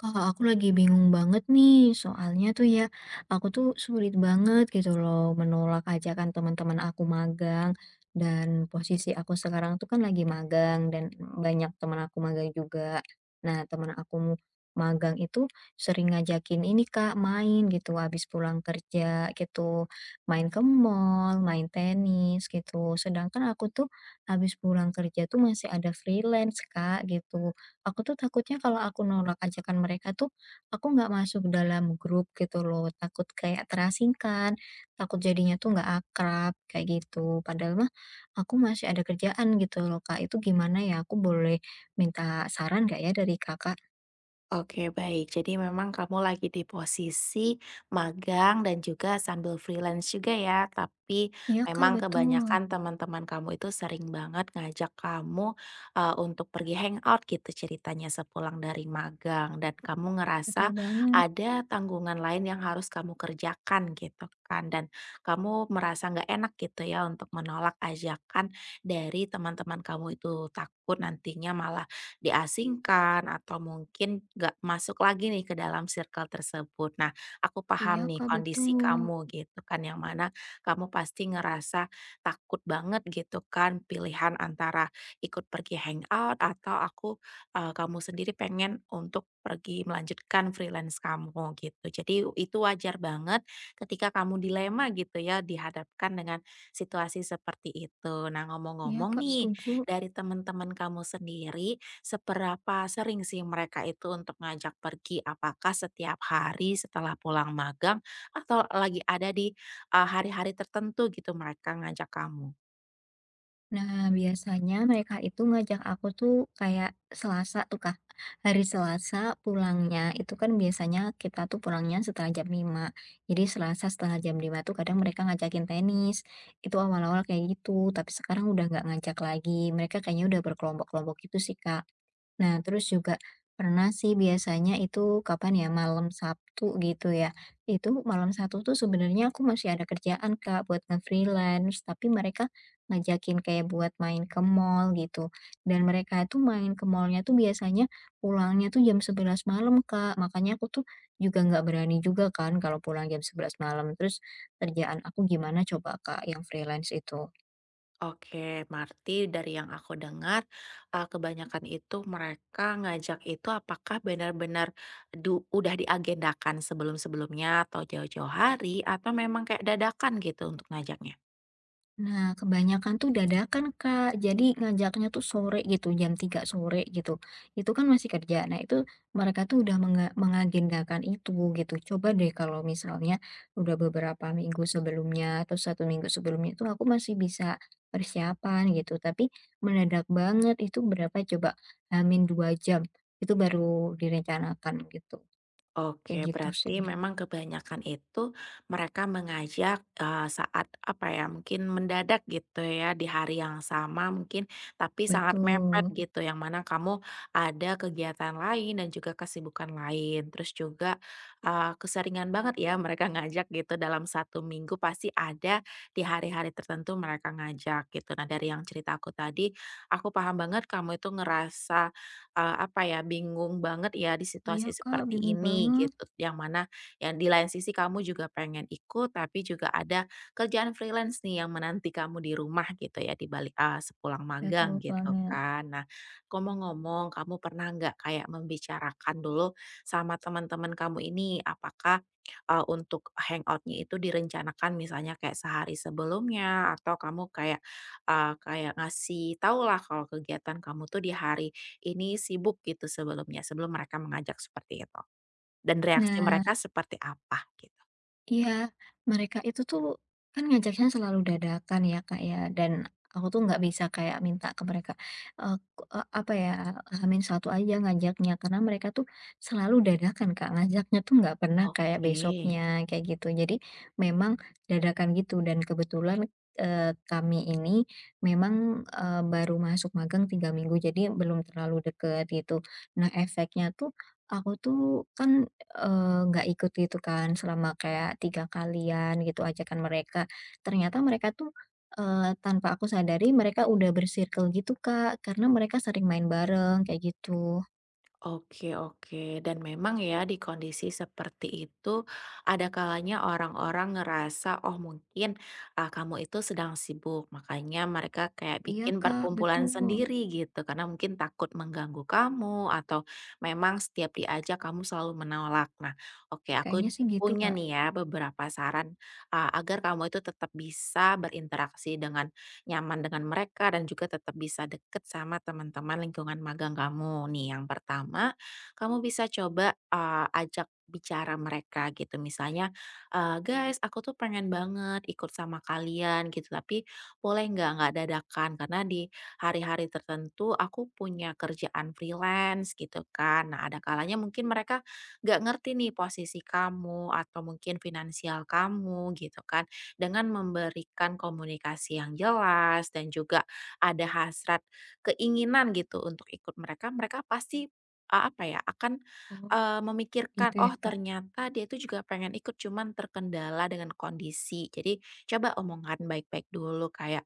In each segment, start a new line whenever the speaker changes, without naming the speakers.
Kak, aku lagi bingung banget nih, soalnya tuh ya, aku tuh sulit banget gitu loh menolak ajakan teman-teman aku magang, dan posisi aku sekarang tuh kan lagi magang dan banyak teman aku magang juga. Nah, teman aku magang itu sering ngajakin ini Kak main gitu habis pulang kerja gitu, main ke mall, main tenis gitu. Sedangkan aku tuh habis pulang kerja tuh masih ada freelance Kak gitu. Aku tuh takutnya kalau aku nolak ajakan mereka tuh, aku nggak masuk dalam grup gitu loh, takut kayak terasingkan, takut jadinya tuh nggak akrab, kayak gitu. Padahal mah aku masih ada kerjaan gitu loh, Kak. Itu gimana ya? Aku boleh minta saran nggak ya dari Kakak?
Oke, baik. Jadi memang kamu lagi di posisi magang dan juga sambil freelance juga ya, tapi
Iya Kak,
memang
betul.
kebanyakan teman-teman kamu itu sering banget ngajak kamu, untuk pergi hangout gitu ceritanya sepulang dari magang dan kamu
Betul
ngerasa
banget.
ada tanggungan lain yang harus kamu kerjakan gitu kan dan kamu merasa nggak enak gitu ya untuk menolak ajakan dari teman-teman kamu itu, takut nantinya malah diasingkan atau mungkin nggak masuk lagi nih ke dalam circle tersebut. Nah, aku paham
Iya
nih
Kak,
kondisi
betul.
kamu gitu kan, yang mana kamu pasti ngerasa takut banget gitu kan pilihan antara ikut pergi hangout atau kamu sendiri pengen untuk pergi melanjutkan freelance kamu gitu. Jadi itu wajar banget ketika kamu dilema gitu ya dihadapkan dengan situasi seperti itu. Nah,
Iya
ngomong-ngomong
Kak,
nih,
setuju.
dari teman-teman kamu sendiri seberapa sering sih mereka itu untuk ngajak pergi? Apakah setiap hari setelah pulang magang atau lagi ada di, hari-hari tertentu gitu mereka ngajak kamu?
Nah, biasanya mereka itu ngajak aku tuh kayak Selasa tuh, Kak. Hari Selasa pulangnya, itu kan biasanya kita tuh pulangnya setelah jam 5. Jadi Selasa setelah jam 5 tuh kadang mereka ngajakin tenis. Itu awal-awal kayak gitu, tapi sekarang udah nggak ngajak lagi. Mereka kayaknya udah berkelompok-kelompok gitu sih, Kak. Nah, terus juga pernah sih biasanya itu kapan ya, malam Sabtu gitu ya. Itu malam Sabtu tuh sebenarnya aku masih ada kerjaan Kak buat nge-freelance, tapi mereka ngajakin kayak buat main ke mall gitu. Dan mereka itu main ke mallnya tuh biasanya pulangnya tuh jam 11 malam Kak. Makanya aku tuh juga nggak berani juga kan kalau pulang jam 11 malam. Terus kerjaan aku gimana coba Kak yang freelance itu?
Oke, berarti dari yang aku dengar, kebanyakan itu mereka ngajak itu apakah benar-benar udah diagendakan sebelum-sebelumnya atau jauh-jauh hari atau memang kayak dadakan gitu untuk ngajaknya?
Nah, kebanyakan tuh dadakan, Kak. Jadi ngajaknya tuh sore gitu, jam 3 sore gitu. Itu kan masih kerja. Nah, itu mereka tuh udah mengagendakan itu gitu. Coba deh kalau misalnya udah beberapa minggu sebelumnya atau 1 minggu sebelumnya itu aku masih bisa persiapan gitu. Tapi mendadak banget itu berapa coba. Amin 2 jam. Itu baru direncanakan gitu. Kayak
Oke,
gitu sih.
berarti memang kebanyakan itu mereka mengajak, saat apa ya, mungkin mendadak gitu ya, di hari yang sama mungkin, tapi sangat mepet
Betul.
gitu, yang mana kamu ada kegiatan lain dan juga kesibukan lain. Terus juga, keseringan banget ya mereka ngajak gitu dalam satu minggu pasti ada di hari-hari tertentu mereka ngajak gitu. Nah, dari yang cerita aku tadi, aku paham banget kamu itu ngerasa apa ya, bingung banget ya di
Iya,
situasi
Kak.
seperti
Bingung
ini
banget.
gitu, yang mana yang di lain sisi kamu juga pengen ikut, tapi juga ada kerjaan freelance nih yang menanti kamu di rumah gitu ya di balik sepulang
Betul
magang gitu
banget.
kan. Nah, ngomong-ngomong kamu pernah nggak kayak membicarakan dulu sama teman-teman kamu ini, apakah, untuk hangoutnya itu direncanakan misalnya kayak sehari sebelumnya atau kamu kayak, kayak ngasih tahulah kalau kegiatan kamu tuh di hari ini sibuk gitu sebelumnya, sebelum mereka mengajak seperti itu, dan reaksi
Nah,
mereka seperti apa gitu?
iya, mereka itu tuh kan ngajaknya selalu dadakan ya Kak ya, dan aku tuh nggak bisa kayak minta ke mereka, apa ya, hamin satu aja ngajaknya, karena mereka tuh selalu dadakan Kak, ngajaknya tuh nggak pernah kayak
Oke.
besoknya, kayak gitu. Jadi memang dadakan gitu, dan kebetulan, kami ini memang, baru masuk magang 3 minggu, jadi belum terlalu deket gitu. Nah efeknya tuh, aku tuh kan nggak ikut gitu kan selama kayak 3 kalian gitu ajakan mereka, ternyata mereka tuh, tanpa aku sadari mereka udah bersirkel gitu Kak, karena mereka sering main bareng kayak gitu.
Oke, oke, dan memang ya di kondisi seperti itu ada kalanya orang-orang ngerasa, oh mungkin, kamu itu sedang sibuk, makanya mereka kayak
Iya
bikin
Kak,
perkumpulan
betul.
sendiri gitu, karena mungkin takut mengganggu kamu atau memang setiap diajak kamu selalu menolak. Nah, oke aku
Kayaknya sih gitu
punya
Kak.
nih ya beberapa saran, agar kamu itu tetap bisa berinteraksi dengan nyaman dengan mereka dan juga tetap bisa deket sama teman-teman lingkungan magang kamu nih. Yang pertama, kamu bisa coba ajak bicara mereka gitu misalnya, "Guys, aku tuh pengen banget ikut sama kalian gitu tapi boleh nggak dadakan karena di hari-hari tertentu aku punya kerjaan freelance," gitu kan. Nah, ada kalanya mungkin mereka nggak ngerti nih posisi kamu atau mungkin finansial kamu gitu kan, dengan memberikan komunikasi yang jelas dan juga ada hasrat keinginan gitu untuk ikut mereka, mereka pasti eee, apa ya, akan,
Oh,
eee, memikirkan,
gitu ya
"Oh,
Kak?
ternyata dia itu juga pengen ikut cuman terkendala dengan kondisi." Jadi coba omongan baik-baik dulu kayak,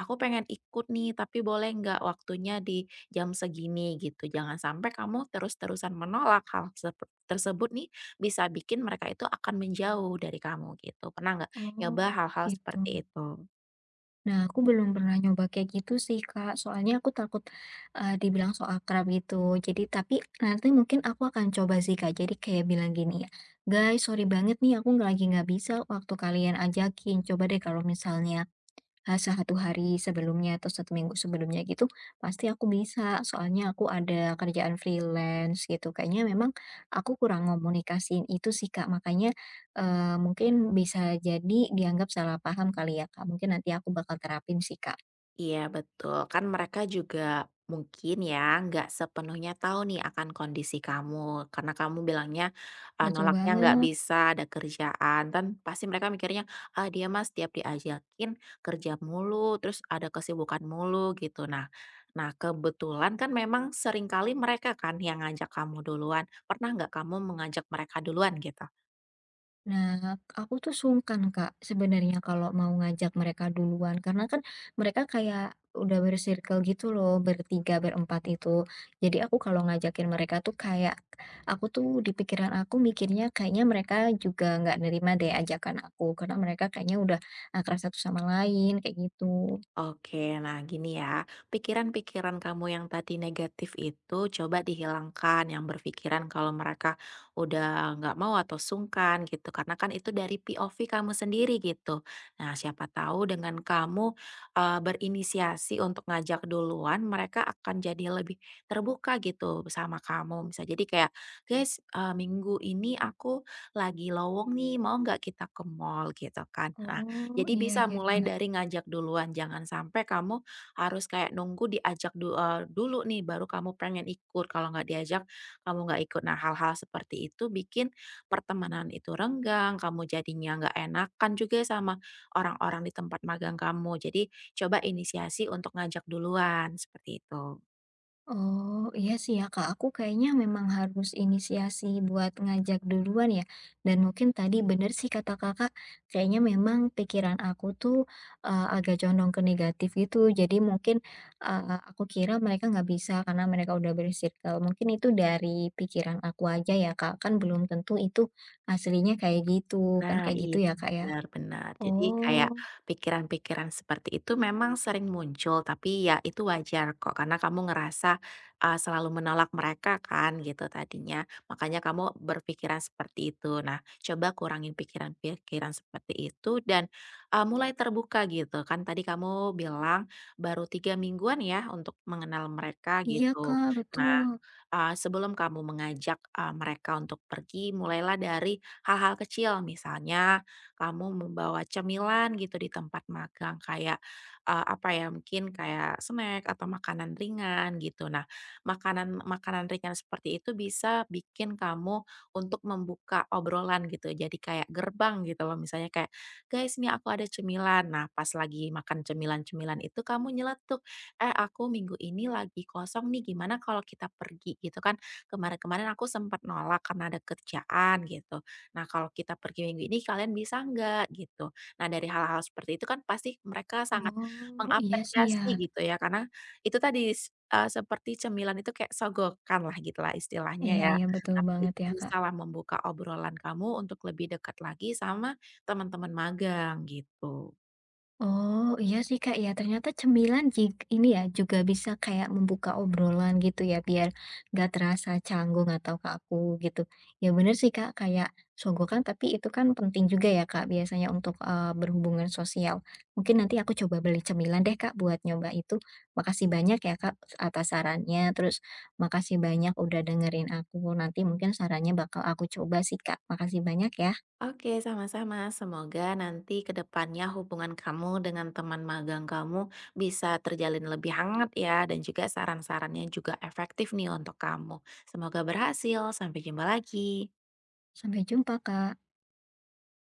"Aku pengen ikut nih tapi boleh nggak waktunya di jam segini?" Gitu. Jangan sampai kamu terus-terusan menolak, hal tersebut nih bisa bikin mereka itu akan menjauh dari kamu gitu. Pernah nggak
Oh,
nyoba hal-hal
gitu.
seperti itu?
Nah, aku belum pernah nyoba kayak gitu sih, Kak. Soalnya aku takut, dibilang so akrab gitu. Jadi tapi nanti mungkin aku akan coba sih, Kak. Jadi kayak bilang gini ya, "Guys, sorry banget nih aku nggak bisa waktu kalian ajakin. Coba deh kalau misalnya 1 hari sebelumnya atau satu minggu sebelumnya gitu, pasti aku bisa. Soalnya aku ada kerjaan freelance gitu." Kayaknya memang aku kurang komunikasiin itu sih, Kak. Makanya, mungkin bisa jadi dianggap salah paham kali ya, Kak. Mungkin nanti aku bakal terapin sih, Kak.
Iya, betul, kan mereka juga mungkin ya nggak sepenuhnya tahu nih akan kondisi kamu, karena kamu bilangnya,
Betul
nolaknya nggak
banget.
bisa, ada kerjaan, dan pasti mereka mikirnya, "Ah, dia mas tiap diajakin kerja mulu, terus ada kesibukan mulu," gitu. Nah nah kebetulan kan memang seringkali mereka kan yang ngajak kamu duluan, pernah nggak kamu mengajak mereka duluan gitu?
Nah, aku tuh sungkan Kak, sebenarnya kalau mau ngajak mereka duluan, karena kan mereka kayak udah bersirkel gitu loh, bertiga, berempat itu. Jadi aku kalau ngajakin mereka tuh kayak, aku tuh di pikiran aku mikirnya kayaknya mereka juga nggak nerima deh ajakan aku, karena mereka kayaknya udah akrab satu sama lain, kayak gitu.
Oke, nah gini ya, pikiran-pikiran kamu yang tadi negatif itu coba dihilangkan, yang berpikiran kalau mereka udah nggak mau atau sungkan gitu, karena kan itu dari POV kamu sendiri gitu. Nah, siapa tahu dengan kamu berinisiasi untuk ngajak duluan, mereka akan jadi lebih terbuka gitu sama kamu. Bisa jadi kayak, "Guys, minggu ini aku lagi lowong nih, mau nggak kita ke mall gitu?" Kan. Nah,
Oh,
jadi
iya,
bisa
iya,
mulai
iya.
dari ngajak duluan, jangan sampai kamu harus kayak nunggu dulu nih baru kamu pengen ikut, kalau nggak diajak kamu nggak ikut. Nah, hal-hal seperti itu bikin pertemanan itu renggang, kamu jadinya nggak enakan juga sama orang-orang di tempat magang kamu. Jadi coba inisiasi untuk ngajak duluan, seperti itu.
Oh, iya sih ya Kak, aku kayaknya memang harus inisiasi buat ngajak duluan ya. Dan mungkin tadi bener sih kata Kakak, kayaknya memang pikiran aku tuh agak condong ke negatif gitu. Jadi mungkin eh, aku kira mereka nggak bisa karena mereka udah bersirkel. Mungkin itu dari pikiran aku aja ya Kak, kan belum tentu itu aslinya kayak gitu. Kan
Nah,
kayak
iya,
gitu ya Kak ya.
benar benar. Jadi kayak
Oh,
pikiran-pikiran seperti itu memang sering muncul, tapi ya itu wajar kok karena kamu ngerasa, selalu menolak mereka kan gitu tadinya, makanya kamu berpikiran seperti itu. Nah, coba kurangin pikiran-pikiran seperti itu dan, mulai terbuka gitu. Kan tadi kamu bilang baru 3 mingguan ya untuk mengenal mereka
iya
gitu.
Kak,
Nah,
betul.
sebelum kamu mengajak mereka untuk pergi mulailah dari hal-hal kecil. Misalnya kamu membawa cemilan gitu di tempat magang kayak, apa ya, mungkin kayak snack atau makanan ringan gitu. Nah, makanan-makanan ringan seperti itu bisa bikin kamu untuk membuka obrolan gitu, jadi kayak gerbang gitu loh. Misalnya kayak, "Guys, nih aku ada cemilan." Nah, pas lagi makan cemilan-cemilan itu kamu nyeletuk, "Eh, aku minggu ini lagi kosong nih, gimana kalau kita pergi?" Gitu kan. "Kemarin-kemarin aku sempat nolak karena ada kerjaan." Gitu. "Nah, kalau kita pergi minggu ini kalian bisa nggak?" Gitu. Nah, dari hal-hal seperti itu kan pasti mereka sangat
Oh, iya sih ya.
mengapresiasi gitu ya, karena itu tadi seperti cemilan itu kayak sogokan lah gitulah istilahnya
Iya,
ya.
iya betul
Tapi
banget
itu
ya Kak.
bisalah membuka obrolan kamu untuk lebih dekat lagi sama teman-teman magang gitu.
Oh, iya sih Kak ya, ternyata cemilan jig ini ya juga bisa kayak membuka obrolan gitu ya, biar nggak terasa canggung atau kaku gitu. Ya bener sih Kak, kayak sogokan tapi itu kan penting juga ya Kak biasanya untuk berhubungan sosial. Mungkin nanti aku coba beli cemilan deh Kak buat nyoba itu. Makasih banyak ya Kak atas sarannya, terus makasih banyak udah dengerin aku. Nanti mungkin sarannya bakal aku coba sih Kak. Makasih banyak ya.
Oke, sama-sama. Semoga nanti ke depannya hubungan kamu dengan teman magang kamu bisa terjalin lebih hangat ya, dan juga saran-sarannya juga efektif nih untuk kamu. Semoga berhasil. Sampai jumpa lagi.
Sampai jumpa Kak.